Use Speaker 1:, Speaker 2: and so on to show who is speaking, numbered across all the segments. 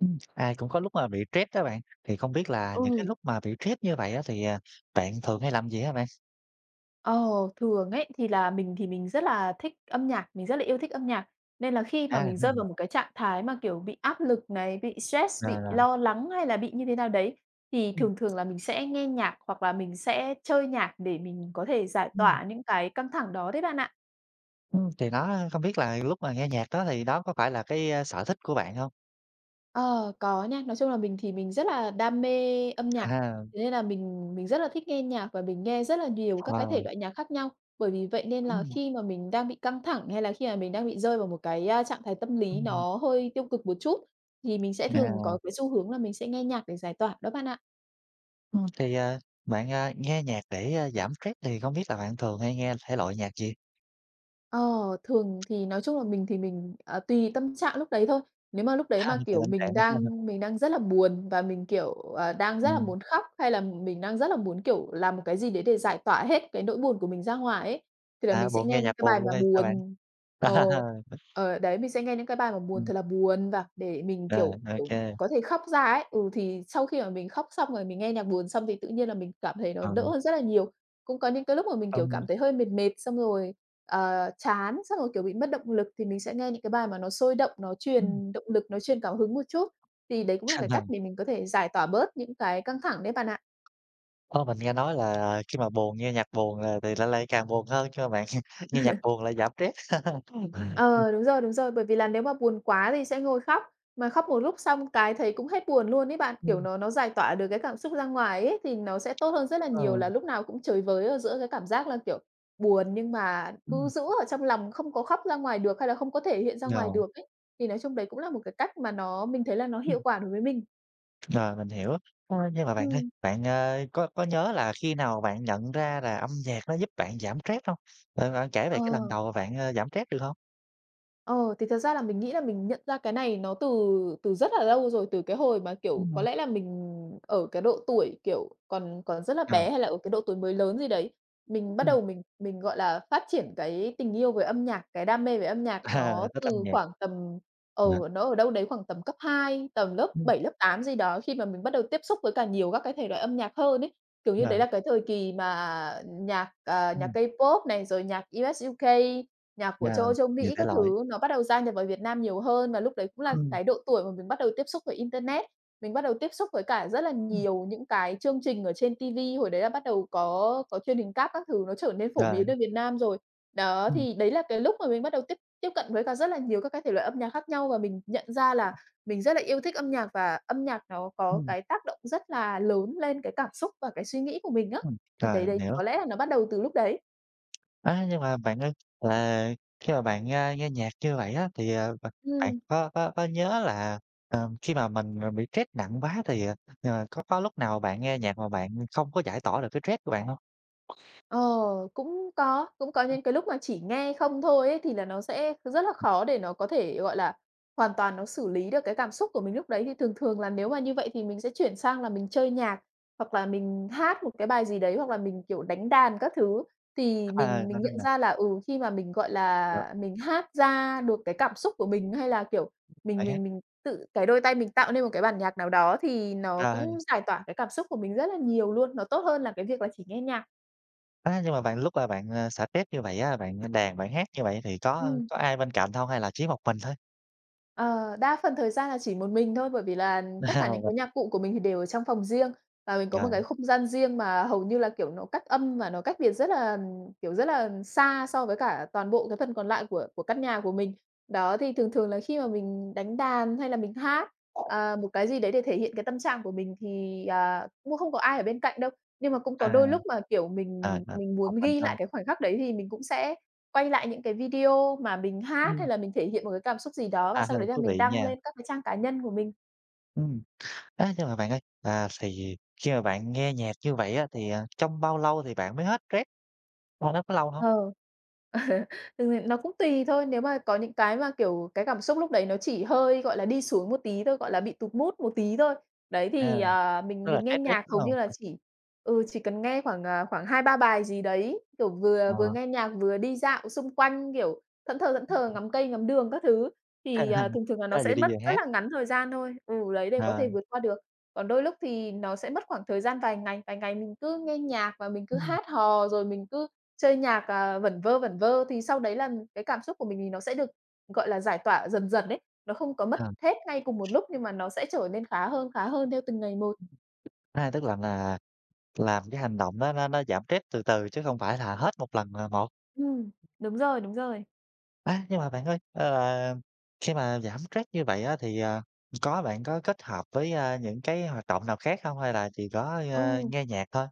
Speaker 1: Ai cũng có lúc mà bị stress đó bạn, thì không biết là những cái
Speaker 2: Ừ,
Speaker 1: lúc mà bị stress như vậy á thì, à, bạn thường hay làm gì hả bạn?
Speaker 2: ờ, thường ấy thì là mình thì mình rất là thích âm nhạc, mình rất là yêu thích âm nhạc. Nên là khi mà
Speaker 1: À,
Speaker 2: mình rơi vào một cái trạng thái mà, kiểu, bị áp lực này, bị stress,
Speaker 1: rồi,
Speaker 2: bị
Speaker 1: rồi,
Speaker 2: lo lắng hay là bị như thế nào đấy, thì
Speaker 1: ừm,
Speaker 2: thường thường là mình sẽ nghe nhạc hoặc là mình sẽ chơi nhạc để mình có thể giải
Speaker 1: ừm,
Speaker 2: tỏa những cái căng thẳng đó đấy bạn ạ.
Speaker 1: thì nó không biết là lúc mà nghe nhạc đó thì đó có phải là cái, a, sở thích của bạn không?
Speaker 2: Ờ, có nha. Nói chung là mình thì mình rất là đam mê âm nhạc,
Speaker 1: À,
Speaker 2: thế nên là mình rất là thích nghe nhạc và mình nghe rất là nhiều các cái thể
Speaker 1: ờ,
Speaker 2: loại nhạc khác nhau. Bởi vì vậy nên là
Speaker 1: ừm,
Speaker 2: khi mà mình đang bị căng thẳng, hay là khi mà mình đang bị rơi vào một cái, a, trạng thái tâm lý
Speaker 1: ừm,
Speaker 2: nó hơi tiêu cực một chút, thì mình sẽ thường
Speaker 1: à,
Speaker 2: có cái xu hướng là mình sẽ nghe nhạc để giải tỏa đó bạn ạ.
Speaker 1: ưm, thì, à, bạn, à, nghe nhạc để, a, giảm stress thì không biết là bạn thường hay nghe thể loại nhạc gì?
Speaker 2: Ờ, thường thì nói chung là mình thì mình, à, tùy tâm trạng lúc đấy thôi. Nếu mà lúc đấy
Speaker 1: À,
Speaker 2: mà,
Speaker 1: thì
Speaker 2: kiểu,
Speaker 1: tâm
Speaker 2: mình
Speaker 1: trạng.
Speaker 2: đang mình đang rất là buồn và mình, kiểu, đang rất là
Speaker 1: Ừm,
Speaker 2: muốn khóc, hay là mình đang rất là muốn, kiểu, làm một cái gì đấy để giải tỏa hết cái nỗi buồn của mình ra ngoài ấy, thì là
Speaker 1: à,
Speaker 2: mình sẽ
Speaker 1: buồn
Speaker 2: nghe
Speaker 1: nghe
Speaker 2: những
Speaker 1: nhạc
Speaker 2: cái bài
Speaker 1: buồn luôn
Speaker 2: mà
Speaker 1: hay sao bạn?
Speaker 2: buồn. Ờ,
Speaker 1: À,
Speaker 2: ờ, đấy, mình sẽ nghe những cái bài mà buồn
Speaker 1: ừm,
Speaker 2: thật là buồn và để mình,
Speaker 1: rồi,
Speaker 2: kiểu,
Speaker 1: ô kê.
Speaker 2: có thể khóc ra ấy. Ừ, thì sau khi mà mình khóc xong rồi mình nghe nhạc buồn xong thì tự nhiên là mình cảm thấy nó
Speaker 1: Ờ,
Speaker 2: đỡ
Speaker 1: ừm.
Speaker 2: hơn rất là nhiều. Cũng có những cái lúc mà mình, kiểu, cảm thấy hơi mệt mệt, xong rồi, chán, xong rồi, kiểu, bị mất động lực thì mình sẽ nghe những cái bài mà nó sôi động, nó truyền động lực, nó truyền cảm hứng một chút. Thì đấy cũng là cái cách để mình có thể giải tỏa bớt những cái căng thẳng đấy bạn ạ.
Speaker 1: Ơ, mình nghe nói là khi mà buồn nghe nhạc buồn là thì lại lại càng buồn hơn chứ bạn, nghe nhạc buồn lại giảm stress.
Speaker 2: Ờ, đúng rồi, bởi vì là nếu mà buồn quá thì sẽ ngồi khóc, mà khóc một lúc xong cái thấy cũng hết buồn luôn ấy bạn, kiểu,
Speaker 1: Ừm,
Speaker 2: nó giải tỏa được cái cảm xúc ra ngoài ấy, thì nó sẽ tốt hơn rất là nhiều
Speaker 1: ờ,
Speaker 2: là lúc nào cũng chơi với ở giữa cái cảm giác là, kiểu, buồn nhưng mà cứ
Speaker 1: ừm,
Speaker 2: giữ ở trong lòng không có khóc ra ngoài được, hay là không có thể hiện ra ngoài
Speaker 1: rồi,
Speaker 2: được ấy. Thì nói chung đấy cũng là một cái cách mà nó mình thấy là nó
Speaker 1: ừm,
Speaker 2: hiệu quả đối với mình.
Speaker 1: rồi, mình hiểu. Ơ, nhưng mà bạn ơi,
Speaker 2: Ừm,
Speaker 1: bạn, ờ, có nhớ là khi nào bạn nhận ra là âm nhạc nó giúp bạn giảm stress hông? Bạn bạn kể về
Speaker 2: ờ.
Speaker 1: cái lần đầu mà bạn, ơ, giảm stress được hông?
Speaker 2: Ờ, thì thật ra là mình nghĩ là mình nhận ra cái này nó từ từ rất là lâu rồi, từ cái hồi mà, kiểu, có
Speaker 1: Ừm.
Speaker 2: lẽ là mình ở cái độ tuổi, kiểu, còn còn rất là
Speaker 1: Ờ,
Speaker 2: bé hay là ở cái độ tuổi mới lớn gì đấy, mình bắt
Speaker 1: ừm,
Speaker 2: đầu mình, gọi là, phát triển cái tình yêu về âm nhạc, cái đam mê về âm nhạc
Speaker 1: à,
Speaker 2: nó
Speaker 1: thích âm
Speaker 2: từ
Speaker 1: nhạc,
Speaker 2: khoảng tầm ở
Speaker 1: dạ,
Speaker 2: nó ở đâu đấy khoảng tầm cấp 2 tầm lớp
Speaker 1: ừm,
Speaker 2: bảy lớp 8 gì đó, khi mà mình bắt đầu tiếp xúc với cả nhiều các cái thể loại âm nhạc hơn ấy. Kiểu như,
Speaker 1: ờ,
Speaker 2: đấy là cái thời kỳ mà nhạc, nhạc
Speaker 1: ừm,
Speaker 2: K-pop này, rồi nhạc US, UK, nhạc của
Speaker 1: à,
Speaker 2: châu Âu, châu
Speaker 1: nhiều
Speaker 2: Mỹ
Speaker 1: thể
Speaker 2: các
Speaker 1: loại,
Speaker 2: thứ nó bắt đầu gia nhập vào Việt Nam nhiều hơn và lúc đấy cũng là
Speaker 1: ừm,
Speaker 2: cái độ tuổi mà mình bắt đầu tiếp xúc với internet. Mình bắt đầu tiếp xúc với cả rất là
Speaker 1: ừm,
Speaker 2: nhiều những cái chương trình ở trên ti vi, hồi đấy là bắt đầu có truyền hình cáp các thứ nó trở nên phổ
Speaker 1: rồi,
Speaker 2: biến ở Việt Nam rồi. Đó,
Speaker 1: ừm,
Speaker 2: thì đấy là cái lúc mà mình bắt đầu tiếp tiếp cận với cả rất là nhiều các cái thể loại âm nhạc khác nhau và mình nhận ra là mình rất là yêu thích âm nhạc và âm nhạc nó có
Speaker 1: ừm,
Speaker 2: cái tác động rất là lớn lên cái cảm xúc và cái suy nghĩ của mình á. Thì đấy
Speaker 1: rồi, mình
Speaker 2: đấy,
Speaker 1: hiểu.
Speaker 2: có lẽ là nó bắt đầu từ lúc đấy.
Speaker 1: À nhưng mà bạn ơi, là khi mà bạn, a, nghe nhạc như vậy á, thì, ờ, bạn
Speaker 2: Ừm.
Speaker 1: có nhớ là, ờ, khi mà mình, ờ, bị stress nặng quá thì, ờ, ờ, có lúc nào bạn nghe nhạc mà bạn không có giải tỏa được cái stress của bạn không?
Speaker 2: Ờ, cũng có những cái lúc mà chỉ nghe không thôi ấy, thì là nó sẽ rất là khó để nó có thể, gọi là, hoàn toàn nó xử lý được cái cảm xúc của mình lúc đấy. Thì thường thường là nếu mà như vậy thì mình sẽ chuyển sang là mình chơi nhạc, hoặc là mình hát một cái bài gì đấy, hoặc là mình, kiểu, đánh đàn các thứ. Thì
Speaker 1: Ờ,
Speaker 2: mình
Speaker 1: nên nên
Speaker 2: nhận
Speaker 1: là
Speaker 2: ra là, ừ, khi mà mình, gọi
Speaker 1: được
Speaker 2: là, mình hát ra được cái cảm xúc của mình, hay là, kiểu, mình
Speaker 1: bạn hát.
Speaker 2: mình mình tự cái đôi tay mình tạo nên một cái bản nhạc nào đó thì nó
Speaker 1: À
Speaker 2: cũng giải tỏa cái cảm xúc của mình rất là nhiều luôn, nó tốt hơn là cái việc là chỉ nghe nhạc.
Speaker 1: á, nhưng mà bạn lúc mà bạn, ờ, xả stress như vậy á, bạn đàn, bạn hát như vậy thì
Speaker 2: Ừm.
Speaker 1: có ai bên cạnh không hay là chỉ một mình thôi?
Speaker 2: Ờ, đa phần thời gian là chỉ một mình thôi, bởi vì là tất cả
Speaker 1: Một
Speaker 2: những cái
Speaker 1: mình,
Speaker 2: nhạc cụ của mình thì đều ở trong phòng riêng và mình có
Speaker 1: rồi,
Speaker 2: một cái không gian riêng mà hầu như là, kiểu, nó cách âm và nó cách biệt rất là, kiểu, rất là xa so với cả toàn bộ cái phần còn lại của căn nhà của mình. Đó, thì thường thường là khi mà mình đánh đàn hay là mình hát, một cái gì đấy để thể hiện cái tâm trạng của mình thì, cũng không có ai ở bên cạnh đâu. Nhưng mà cũng có đôi
Speaker 1: à,
Speaker 2: lúc mà, kiểu,
Speaker 1: ờ,
Speaker 2: mình
Speaker 1: ờ,
Speaker 2: mình
Speaker 1: một
Speaker 2: muốn
Speaker 1: mình
Speaker 2: ghi lại
Speaker 1: thôi.
Speaker 2: cái khoảnh khắc đấy thì mình cũng sẽ quay lại những cái video mà mình hát
Speaker 1: Ừm,
Speaker 2: hay là mình thể hiện một cái cảm xúc gì đó
Speaker 1: à,
Speaker 2: và sau đấy là
Speaker 1: thú vị
Speaker 2: mình đăng
Speaker 1: nha.
Speaker 2: lên các cái trang cá nhân của mình.
Speaker 1: Ừm. Á, nhưng mà bạn ơi, à, thì khi mà bạn nghe nhạc như vậy á, thì, à, trong bao lâu thì bạn mới hết stress? Ờ, nó có lâu không?
Speaker 2: Ờ. Ờ, Thực ra nó cũng tùy thôi, nếu mà có những cái mà, kiểu, cái cảm xúc lúc đấy nó chỉ hơi, gọi là, đi xuống một tí thôi, gọi là, bị tụt mood một tí thôi. Đấy,
Speaker 1: À,
Speaker 2: thì, mình
Speaker 1: tức là
Speaker 2: mình nghe
Speaker 1: stress ít,
Speaker 2: nhạc
Speaker 1: đúng
Speaker 2: hầu
Speaker 1: không?
Speaker 2: như là chỉ cần nghe khoảng, khoảng hai ba bài gì đấy, kiểu, vừa vừa
Speaker 1: Ờ,
Speaker 2: nghe nhạc vừa đi dạo xung quanh, kiểu, thẫn thờ ngắm cây ngắm đường các thứ, thì, thường thường là nó
Speaker 1: à, vừa
Speaker 2: sẽ
Speaker 1: đi
Speaker 2: mất
Speaker 1: vừa
Speaker 2: rất
Speaker 1: hát,
Speaker 2: là ngắn thời gian thôi. Ừ, đấy, để có thể
Speaker 1: ờ,
Speaker 2: vượt qua được. Còn đôi lúc thì nó sẽ mất khoảng thời gian vài ngày mình cứ nghe nhạc và mình cứ
Speaker 1: ừm,
Speaker 2: hát hò rồi mình cứ chơi nhạc, vẩn vơ thì sau đấy là cái cảm xúc của mình thì nó sẽ được, gọi là, giải tỏa dần dần đấy, nó không có mất
Speaker 1: ờ,
Speaker 2: hết ngay cùng một lúc nhưng mà nó sẽ trở nên khá hơn theo từng ngày một.
Speaker 1: à, tức là làm cái hành động đó nó giảm stress từ từ chứ không phải là hết một lần là một.
Speaker 2: Ừm, đúng rồi, đúng rồi.
Speaker 1: Á, nhưng mà bạn ơi, ờ, khi mà giảm stress như vậy á, thì, à, có bạn có kết hợp với, a, những cái hoạt động nào khác không hay là chỉ có, ơ,
Speaker 2: Ừ.
Speaker 1: nghe nhạc thôi?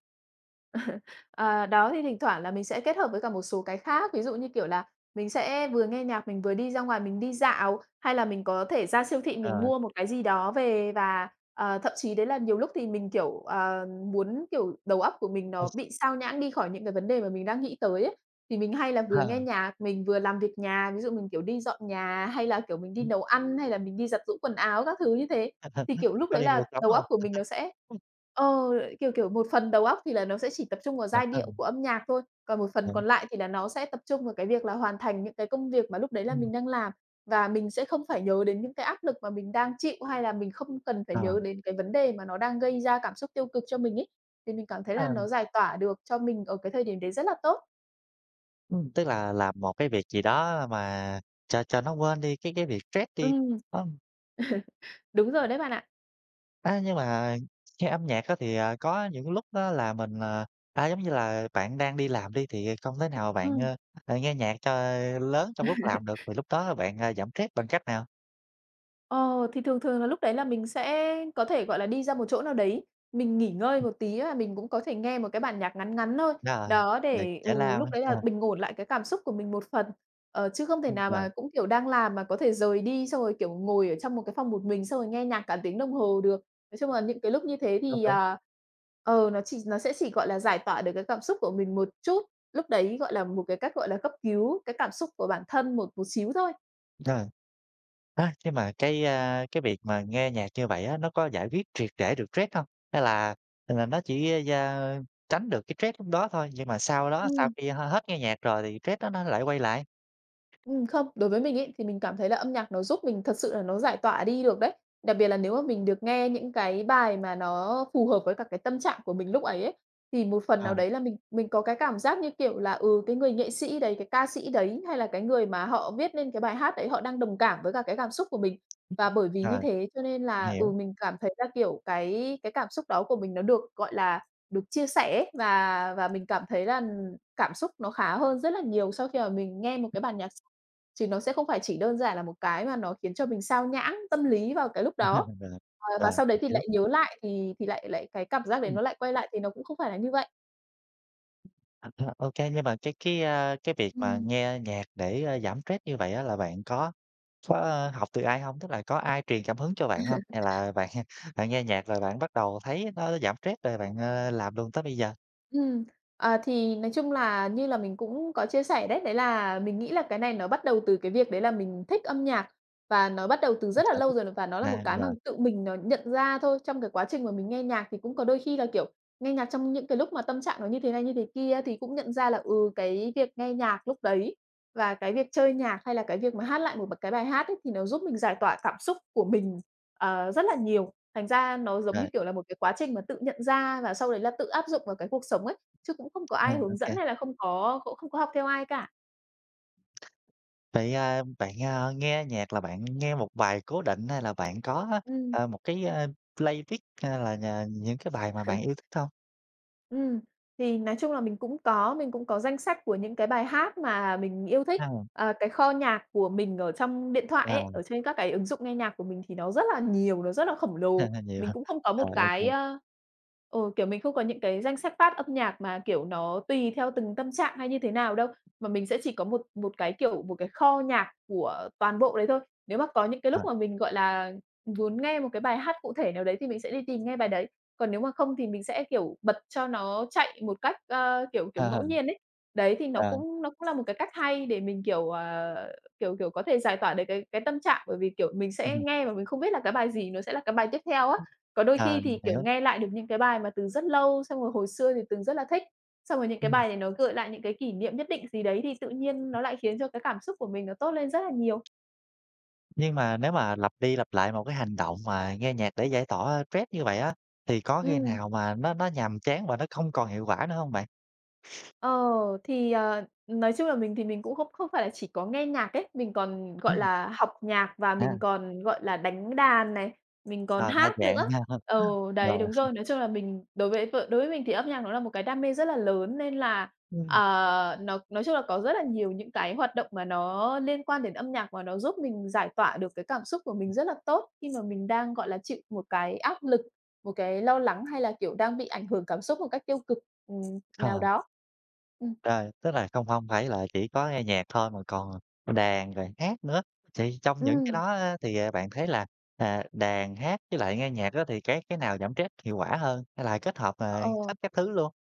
Speaker 2: Ờ, đó, thì thỉnh thoảng là mình sẽ kết hợp với cả một số cái khác, ví dụ như, kiểu là, mình sẽ vừa nghe nhạc, mình vừa đi ra ngoài mình đi dạo, hay là mình có thể ra siêu thị mình
Speaker 1: Ờ,
Speaker 2: mua một cái gì đó về. Và, thậm chí đấy là nhiều lúc thì mình, kiểu, muốn, kiểu, đầu óc của mình nó bị sao nhãng đi khỏi những cái vấn đề mà mình đang nghĩ tới ấy, thì mình hay là vừa nghe nhạc, mình vừa làm việc nhà, ví dụ mình, kiểu, đi dọn nhà, hay là, kiểu, mình đi nấu ăn, hay là mình đi giặt giũ quần áo các thứ như thế. Thì, kiểu, lúc
Speaker 1: có
Speaker 2: đấy
Speaker 1: đi
Speaker 2: là
Speaker 1: mua sắm
Speaker 2: đầu óc
Speaker 1: không?
Speaker 2: của mình nó sẽ ờ, kiểu, một phần đầu óc thì là nó sẽ chỉ tập trung vào giai điệu của âm nhạc thôi, còn một phần
Speaker 1: Đúng,
Speaker 2: còn lại thì là nó sẽ tập trung vào cái việc là hoàn thành những cái công việc mà lúc đấy là
Speaker 1: ừm,
Speaker 2: mình đang làm. Và mình sẽ không phải nhớ đến những cái áp lực mà mình đang chịu, hay là mình không cần phải
Speaker 1: ờ,
Speaker 2: nhớ đến cái vấn đề mà nó đang gây ra cảm xúc tiêu cực cho mình ấy, thì mình cảm thấy
Speaker 1: ờ,
Speaker 2: là nó giải tỏa được cho mình ở cái thời điểm đấy rất là tốt.
Speaker 1: tức là làm một cái việc gì đó mà cho nó quên đi cái việc stress đi.
Speaker 2: Ừm,
Speaker 1: Ơ,
Speaker 2: đúng rồi đấy bạn ạ.
Speaker 1: á, nhưng mà nghe âm nhạc á thì, à, có những lúc á là mình, à, à, giống như là bạn đang đi làm đi thì không thể nào bạn,
Speaker 2: Ừm.
Speaker 1: ơ, ờ, nghe nhạc cho lớn trong lúc làm được, thì lúc đó bạn, à, giảm stress bằng cách nào?
Speaker 2: Ờ, thì thường thường là lúc đấy là mình sẽ có thể, gọi là, đi ra một chỗ nào đấy, mình nghỉ ngơi
Speaker 1: Ừm,
Speaker 2: một tí á, mình cũng có thể nghe một cái bản nhạc ngắn ngắn thôi.
Speaker 1: đó,
Speaker 2: Đó,
Speaker 1: nhạc
Speaker 2: để, ừ,
Speaker 1: giải lao, ha,
Speaker 2: lúc đấy
Speaker 1: ờ,
Speaker 2: là bình ổn lại cái cảm xúc của mình một phần. Chứ không thể nào
Speaker 1: rồi,
Speaker 2: mà cũng, kiểu, đang làm mà có thể rời đi, xong rồi, kiểu, ngồi ở trong một cái phòng một mình, xong rồi nghe nhạc cả tiếng đồng hồ được. Nói chung là những cái lúc như thế
Speaker 1: đúng,
Speaker 2: thì,
Speaker 1: đúng,
Speaker 2: à, nó sẽ chỉ, gọi là, giải tỏa được cái cảm xúc của mình một chút, lúc đấy, gọi là, một cái cách, gọi là, cấp cứu cái cảm xúc của bản thân một một xíu thôi.
Speaker 1: rồi. Á, nhưng mà cái, a, cái việc mà nghe nhạc như vậy á, nó có giải quyết triệt để được stress hông? Hay là nó chỉ, da, tránh được cái stress lúc đó thôi, nhưng mà sau đó, sau
Speaker 2: Ừm.
Speaker 1: khi hết nghe nhạc rồi thì stress đó nó lại quay lại?
Speaker 2: Không, đối với mình ấy, thì mình cảm thấy là âm nhạc nó giúp mình thật sự là nó giải tỏa đi được đấy. Đặc biệt là nếu mà mình được nghe những cái bài mà nó phù hợp với cả cái tâm trạng của mình lúc ấy ấy, thì một phần
Speaker 1: Ờ,
Speaker 2: nào đấy là mình có cái cảm giác như kiểu là, ừ, cái người nghệ sĩ đấy, cái ca sĩ đấy, hay là cái người mà họ viết nên cái bài hát đấy họ đang đồng cảm với cả cái cảm xúc của mình. Và bởi vì như
Speaker 1: rồi,
Speaker 2: thế cho nên
Speaker 1: mình
Speaker 2: là,
Speaker 1: hiểu.
Speaker 2: ừ, mình cảm thấy là, kiểu, cái cảm xúc đó của mình nó được, gọi là, được chia sẻ ấy, và mình cảm thấy là ừ, cảm xúc nó khá hơn rất là nhiều sau khi mà mình nghe một cái bản nhạc. Chứ nó sẽ không phải chỉ đơn giản là một cái mà nó khiến cho mình xao nhãng tâm lý vào cái lúc đó.
Speaker 1: Rồi,
Speaker 2: Ờ, và
Speaker 1: rồi,
Speaker 2: sau đấy
Speaker 1: mình
Speaker 2: thì
Speaker 1: hiểu.
Speaker 2: lại nhớ lại thì lại lại cái cảm giác đấy
Speaker 1: Ừm,
Speaker 2: nó lại quay lại thì nó cũng không phải là như vậy.
Speaker 1: ờ, ô kê, nhưng mà cái, a, cái việc mà
Speaker 2: Ừm.
Speaker 1: nghe nhạc để, a, giảm stress như vậy á là bạn có, a, học từ ai hông? Tức là có ai truyền cảm hứng cho bạn hông? Hay là bạn bạn nghe nhạc rồi bạn bắt đầu thấy nó giảm stress rồi bạn, ơ, làm luôn tới bây giờ?
Speaker 2: Ừm, à, thì nói chung là như là mình cũng có chia sẻ đấy, đấy là mình nghĩ là cái này nó bắt đầu từ cái việc đấy là mình thích âm nhạc và nó bắt đầu từ
Speaker 1: Yên
Speaker 2: rất là
Speaker 1: tĩnh.
Speaker 2: lâu rồi và nó là một
Speaker 1: À,
Speaker 2: cái mà
Speaker 1: rồi,
Speaker 2: tự mình nó nhận ra thôi. Trong cái quá trình mà mình nghe nhạc thì cũng có đôi khi là, kiểu, nghe nhạc trong những cái lúc mà tâm trạng nó như thế này, như thế kia thì cũng nhận ra là, ừ, cái việc nghe nhạc lúc đấy và cái việc chơi nhạc hay là cái việc mà hát lại một cái bài hát ấy thì nó giúp mình giải tỏa cảm xúc của mình, ờ, rất là nhiều. Thành ra nó giống như,
Speaker 1: rồi,
Speaker 2: kiểu là, một cái quá trình mà tự nhận ra và sau đấy là tự áp dụng vào cái cuộc sống ấy, chứ cũng không có
Speaker 1: rồi,
Speaker 2: ai hướng
Speaker 1: ô.
Speaker 2: dẫn hay là không có cũng không có học theo ai cả.
Speaker 1: Vậy, à, bạn, a, nghe nhạc là bạn nghe một bài cố định hay là bạn có,
Speaker 2: Ừm.
Speaker 1: ờ, một cái, a, playlist hay là nhờ những cái bài mà bạn yêu thích hông?
Speaker 2: Ừm, thì nói chung là mình cũng có danh sách của những cái bài hát mà mình yêu thích.
Speaker 1: À,
Speaker 2: Ờ, cái kho nhạc của mình ở trong điện thoại ấy,
Speaker 1: rồi,
Speaker 2: ở trên các cái ứng dụng nghe nhạc của mình thì nó rất là nhiều, nó rất là khổng lồ.
Speaker 1: nhiều
Speaker 2: Mình
Speaker 1: ha.
Speaker 2: cũng không có một
Speaker 1: Rồi,
Speaker 2: cái,
Speaker 1: ô
Speaker 2: ừ, kiểu, mình không có những cái danh sách phát âm nhạc mà, kiểu, nó tùy theo từng tâm trạng hay như thế nào đâu, mà mình sẽ chỉ có một một cái, kiểu, một cái kho nhạc của toàn bộ đấy thôi. Nếu mà có những cái lúc
Speaker 1: rồi,
Speaker 2: mà mình, gọi là, muốn nghe một cái bài hát cụ thể nào đấy thì mình sẽ đi tìm nghe bài đấy. Còn nếu mà không thì mình sẽ, kiểu, bật cho nó chạy một cách, ơ, kiểu,
Speaker 1: ờ,
Speaker 2: ngẫu nhiên ấy. Đấy, thì nó
Speaker 1: ờ,
Speaker 2: cũng nó cũng là một cái cách hay để mình, kiểu, ờ, kiểu, có thể giải tỏa được cái tâm trạng, bởi vì, kiểu, mình sẽ nghe mà mình không biết là cái bài gì nó sẽ là cái bài tiếp theo á. Có đôi khi
Speaker 1: ờ,
Speaker 2: thì, kiểu,
Speaker 1: hiểu.
Speaker 2: nghe lại được những cái bài mà từ rất lâu, xong rồi hồi xưa thì từng rất là thích, xong rồi những cái
Speaker 1: Ừm,
Speaker 2: bài này nó gợi lại những cái kỷ niệm nhất định gì đấy thì tự nhiên nó lại khiến cho cái cảm xúc của mình nó tốt lên rất là nhiều.
Speaker 1: nhưng mà nếu mà lặp đi lặp lại một cái hành động mà nghe nhạc để giải tỏa stress như vậy á, thì có khi
Speaker 2: Ừm.
Speaker 1: nào mà nó nhàm chán và nó không còn hiệu quả nữa hông bạn?
Speaker 2: Ờ, thì, ờ, nói chung là mình thì mình cũng không không phải là chỉ có nghe nhạc ấy, mình còn, gọi
Speaker 1: Ừm,
Speaker 2: là, học nhạc và
Speaker 1: à,
Speaker 2: mình còn, gọi là, đánh đàn này, mình còn
Speaker 1: ờ, đa
Speaker 2: hát
Speaker 1: dạng
Speaker 2: nữa.
Speaker 1: ha.
Speaker 2: Ừ, đấy,
Speaker 1: Rồi,
Speaker 2: đúng rồi, nói chung là mình đối với vợ đối với mình thì âm nhạc nó là một cái đam mê rất là lớn nên là,
Speaker 1: ừm,
Speaker 2: ờ, nó nói chung là có rất là nhiều những cái hoạt động mà nó liên quan đến âm nhạc và nó giúp mình giải tỏa được cái cảm xúc của mình rất là tốt khi mà mình đang, gọi là, chịu một cái áp lực, một cái lo lắng hay là, kiểu, đang bị ảnh hưởng cảm xúc một cách tiêu cực. Ừm. Nào
Speaker 1: ờ.
Speaker 2: đó. Ừm.
Speaker 1: Rồi, tức là không không phải là chỉ có nghe nhạc thôi mà còn đàn rồi hát nữa. Thì trong những cái
Speaker 2: Ừm,
Speaker 1: đó á, thì, à, bạn thấy là, à, đàn, hát với lại nghe nhạc đó thì cái nào giảm stress hiệu quả hơn? Hay là kết hợp, à,
Speaker 2: ờ.
Speaker 1: hết các thứ luôn?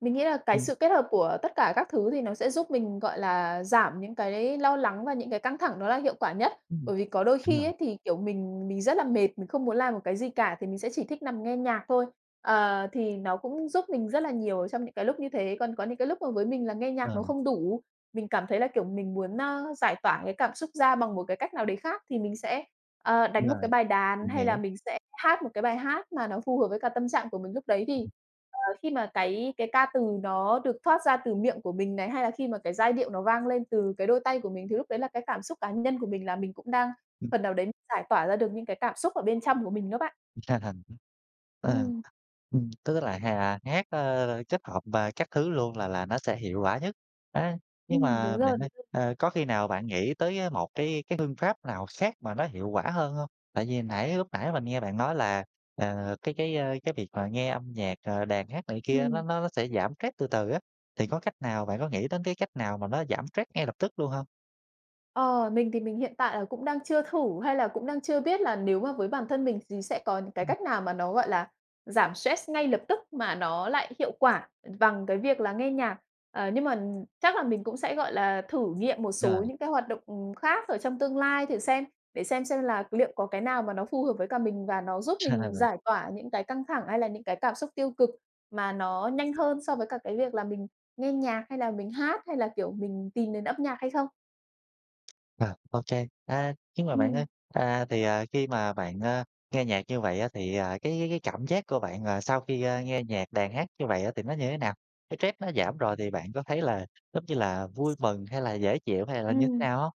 Speaker 2: Mình nghĩ là cái
Speaker 1: Ừm,
Speaker 2: sự kết hợp của tất cả các thứ thì nó sẽ giúp mình, gọi là, giảm những cái lo lắng và những cái căng thẳng đó là hiệu quả nhất.
Speaker 1: ừm,
Speaker 2: Bởi vì có đôi
Speaker 1: đúng
Speaker 2: khi
Speaker 1: rồi,
Speaker 2: ấy, thì, kiểu, mình rất là mệt, mình không muốn làm một cái gì cả thì mình sẽ chỉ thích nằm nghe nhạc thôi. Ờ, thì nó cũng giúp mình rất là nhiều trong những cái lúc như thế. Còn có những cái lúc mà với mình là nghe
Speaker 1: ờ,
Speaker 2: nhạc nó không đủ, mình cảm thấy là, kiểu, mình muốn, ơ, giải tỏa cái cảm xúc ra bằng một cái cách nào đấy khác thì mình sẽ, ờ,
Speaker 1: đúng
Speaker 2: đánh một
Speaker 1: rồi,
Speaker 2: cái bài đàn
Speaker 1: mình
Speaker 2: hay là
Speaker 1: hiểu,
Speaker 2: mình sẽ hát một cái bài hát mà nó phù hợp với cả tâm trạng của mình lúc đấy đi. Khi mà cái ca từ nó được thoát ra từ miệng của mình này, hay là khi mà cái giai điệu nó vang lên từ cái đôi tay của mình thì lúc đấy là cái cảm xúc cá nhân của mình là mình cũng đang
Speaker 1: ừm,
Speaker 2: phần nào đấy giải tỏa ra được những cái cảm xúc ở bên trong của mình đó bạn.
Speaker 1: ờ.
Speaker 2: Ừm.
Speaker 1: Tức là hát, ơ, kết hợp và các thứ luôn là nó sẽ hiệu quả nhất. Á, nhưng
Speaker 2: Đúng
Speaker 1: mà
Speaker 2: rồi.
Speaker 1: bạn ơi, ờ, có khi nào bạn nghĩ tới, ơ, một cái phương pháp nào khác mà nó hiệu quả hơn không? Tại vì nãy lúc nãy mình nghe bạn nói là, ờ, cái, ơ, cái việc mà nghe âm nhạc, ờ, đàn hát này kia nó
Speaker 2: Ừm.
Speaker 1: nó nó sẽ giảm stress từ từ á, thì có cách nào bạn có nghĩ đến cái cách nào mà nó giảm stress ngay lập tức luôn không?
Speaker 2: Ờ, mình thì mình hiện tại là cũng đang chưa thử hay là cũng đang chưa biết là nếu mà với bản thân mình thì sẽ có những cái
Speaker 1: Ừm,
Speaker 2: cách nào mà nó, gọi là, giảm stress ngay lập tức mà nó lại hiệu quả bằng cái việc là nghe nhạc. Ờ, nhưng mà chắc là mình cũng sẽ, gọi là, thử nghiệm một
Speaker 1: rồi.
Speaker 2: số những cái hoạt động, khác ở trong tương lai thử xem, để xem là liệu có cái nào mà nó phù hợp với cả mình và nó giúp mình giải tỏa những cái căng thẳng hay là những cái cảm xúc tiêu cực mà nó nhanh hơn so với cả cái việc là mình nghe nhạc hay là mình hát hay là, kiểu, mình tìm đến âm nhạc hay không?
Speaker 1: À, ô kê. À, nhưng mà bạn ơi,
Speaker 2: Ừm.
Speaker 1: à, thì, à, khi mà bạn, ơ, nghe nhạc như vậy á thì, à, cái cảm giác của bạn, ờ, sau khi, ơ, nghe nhạc, đàn hát như vậy á thì nó như thế nào? Cái stress nó giảm rồi thì bạn có thấy là giống như là vui mừng hay là dễ chịu hay là như thế
Speaker 2: Ừm,
Speaker 1: nào hông?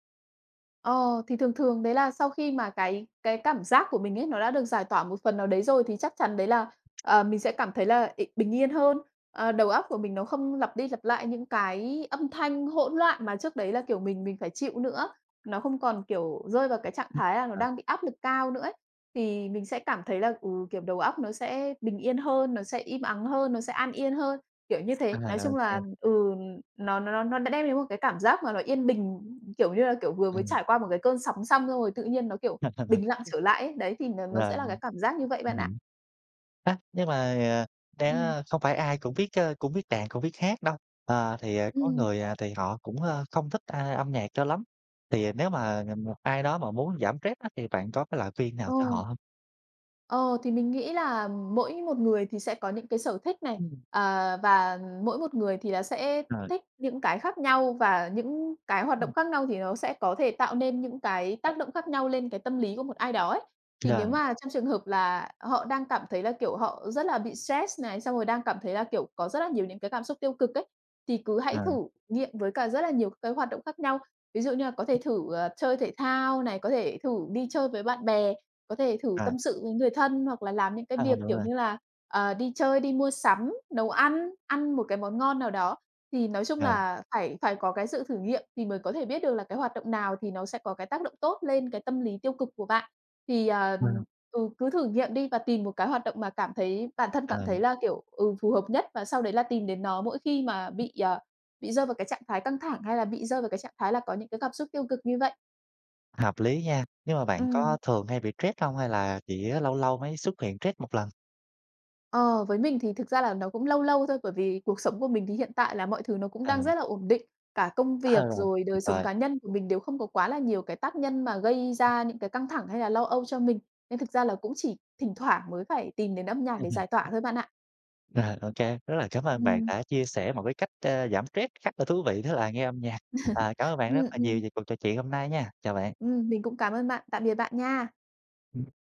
Speaker 2: ờ, thì thường thường đấy là sau khi mà cái cảm giác của mình ấy, nó đã được giải tỏa một phần nào đấy rồi thì chắc chắn đấy là, ờ, mình sẽ cảm thấy là ị bình yên hơn. Ờ, đầu óc của mình nó không lặp đi lặp lại những cái âm thanh hỗn loạn mà trước đấy là, kiểu, mình phải chịu nữa, nó không còn, kiểu, rơi vào cái trạng thái là nó
Speaker 1: Ờ.
Speaker 2: đang bị áp lực cao nữa ấy. Thì mình sẽ cảm thấy là, ừ, kiểu, đầu óc nó sẽ bình yên hơn, nó sẽ im ắng hơn, nó sẽ an yên hơn, kiểu như
Speaker 1: À,
Speaker 2: thế. Nói
Speaker 1: ô
Speaker 2: chung
Speaker 1: kê.
Speaker 2: là, ừ, nó đã đem đến một cái cảm giác mà nó yên bình, kiểu như là, kiểu, vừa mới trải qua một cái cơn sóng xong xong rồi tự nhiên nó, kiểu, bình lặng trở lại ấy. Đấy, thì nó sẽ
Speaker 1: Rồi.
Speaker 2: là cái cảm giác như vậy bạn ạ.
Speaker 1: A, nhưng mà, ờ,
Speaker 2: Ừm,
Speaker 1: đã không phải ai cũng biết, ơ, cũng biết đàn, cũng biết hát đâu. Ờ, thì, ờ, có
Speaker 2: ừm,
Speaker 1: người, à, thì họ cũng, ơ, không thích, a, âm nhạc cho lắm. Thì nếu mà, một ai đó mà muốn giảm stress á, thì bạn có cái lời khuyên nào
Speaker 2: ờ.
Speaker 1: cho họ hông?
Speaker 2: Ờ, thì mình nghĩ là mỗi một người thì sẽ có những cái sở thích này,
Speaker 1: Ừm.
Speaker 2: à, và mỗi một người thì là sẽ
Speaker 1: Ờ,
Speaker 2: thích những cái khác nhau và những cái hoạt
Speaker 1: ừm,
Speaker 2: động khác nhau thì nó sẽ có thể tạo nên những cái tác động khác nhau lên cái tâm lý của một ai đó ấy. Thì nếu
Speaker 1: rồi,
Speaker 2: mà trong trường hợp là họ đang cảm thấy là, kiểu, họ rất là bị stress này, xong rồi đang cảm thấy là, kiểu, có rất là nhiều những cái cảm xúc tiêu cực ấy, thì cứ
Speaker 1: ờ,
Speaker 2: hãy thử nghiệm với cả rất là nhiều cái hoạt động khác nhau. Ví dụ như là có thể thử, ờ, chơi thể thao này, có thể thử đi chơi với bạn bè. Có thể thử
Speaker 1: ờ,
Speaker 2: tâm sự với người thân hoặc là làm những cái
Speaker 1: ờ,
Speaker 2: việc,
Speaker 1: đúng
Speaker 2: kiểu
Speaker 1: rồi,
Speaker 2: như là, ờ, đi chơi, đi mua sắm, nấu ăn, ăn một cái món ngon nào đó. Thì nói chung
Speaker 1: ờ,
Speaker 2: là phải phải có cái sự thử nghiệm thì mới có thể biết được là cái hoạt động nào thì nó sẽ có cái tác động tốt lên cái tâm lý tiêu cực của bạn. Thì, ờ,
Speaker 1: ờ,
Speaker 2: ừ, cứ thử nghiệm đi và tìm một cái hoạt động mà cảm thấy bản thân cảm
Speaker 1: ờ,
Speaker 2: thấy là, kiểu, ừ, phù hợp nhất và sau đấy là tìm đến nó mỗi khi mà bị, ờ, bị rơi vào cái trạng thái căng thẳng hay là bị rơi vào cái trạng thái là có những cái cảm xúc tiêu cực như vậy.
Speaker 1: hợp lý nha. Nhưng mà bạn có
Speaker 2: Ừm.
Speaker 1: thường hay bị stress hông hay là chỉ lâu lâu mới xuất hiện stress một lần?
Speaker 2: Ờ, với mình thì thực ra là nó cũng lâu lâu thôi, bởi vì cuộc sống của mình thì hiện tại là mọi thứ nó cũng
Speaker 1: Ờ,
Speaker 2: đang rất là ổn định, cả công
Speaker 1: ờ,
Speaker 2: việc rồi
Speaker 1: tuyệt
Speaker 2: đời sống
Speaker 1: vời.
Speaker 2: cá nhân của mình đều không có quá là nhiều cái tác nhân mà gây ra những cái căng thẳng hay là lo âu cho mình. Nên thực ra là cũng chỉ thỉnh thoảng mới phải tìm đến âm nhạc để giải tỏa thôi bạn ạ.
Speaker 1: Rồi, ô rất là cảm ơn bạn
Speaker 2: Ừm,
Speaker 1: đã chia sẻ một cái cách, a, giảm stress khá là thú vị đó là nghe âm nhạc. À, cảm ơn bạn
Speaker 2: ừm,
Speaker 1: rất là nhiều
Speaker 2: ừm,
Speaker 1: về cuộc trò chuyện hôm nay nha. Chào bạn.
Speaker 2: ừm, mình cũng cảm ơn bạn. Tạm biệt bạn nha.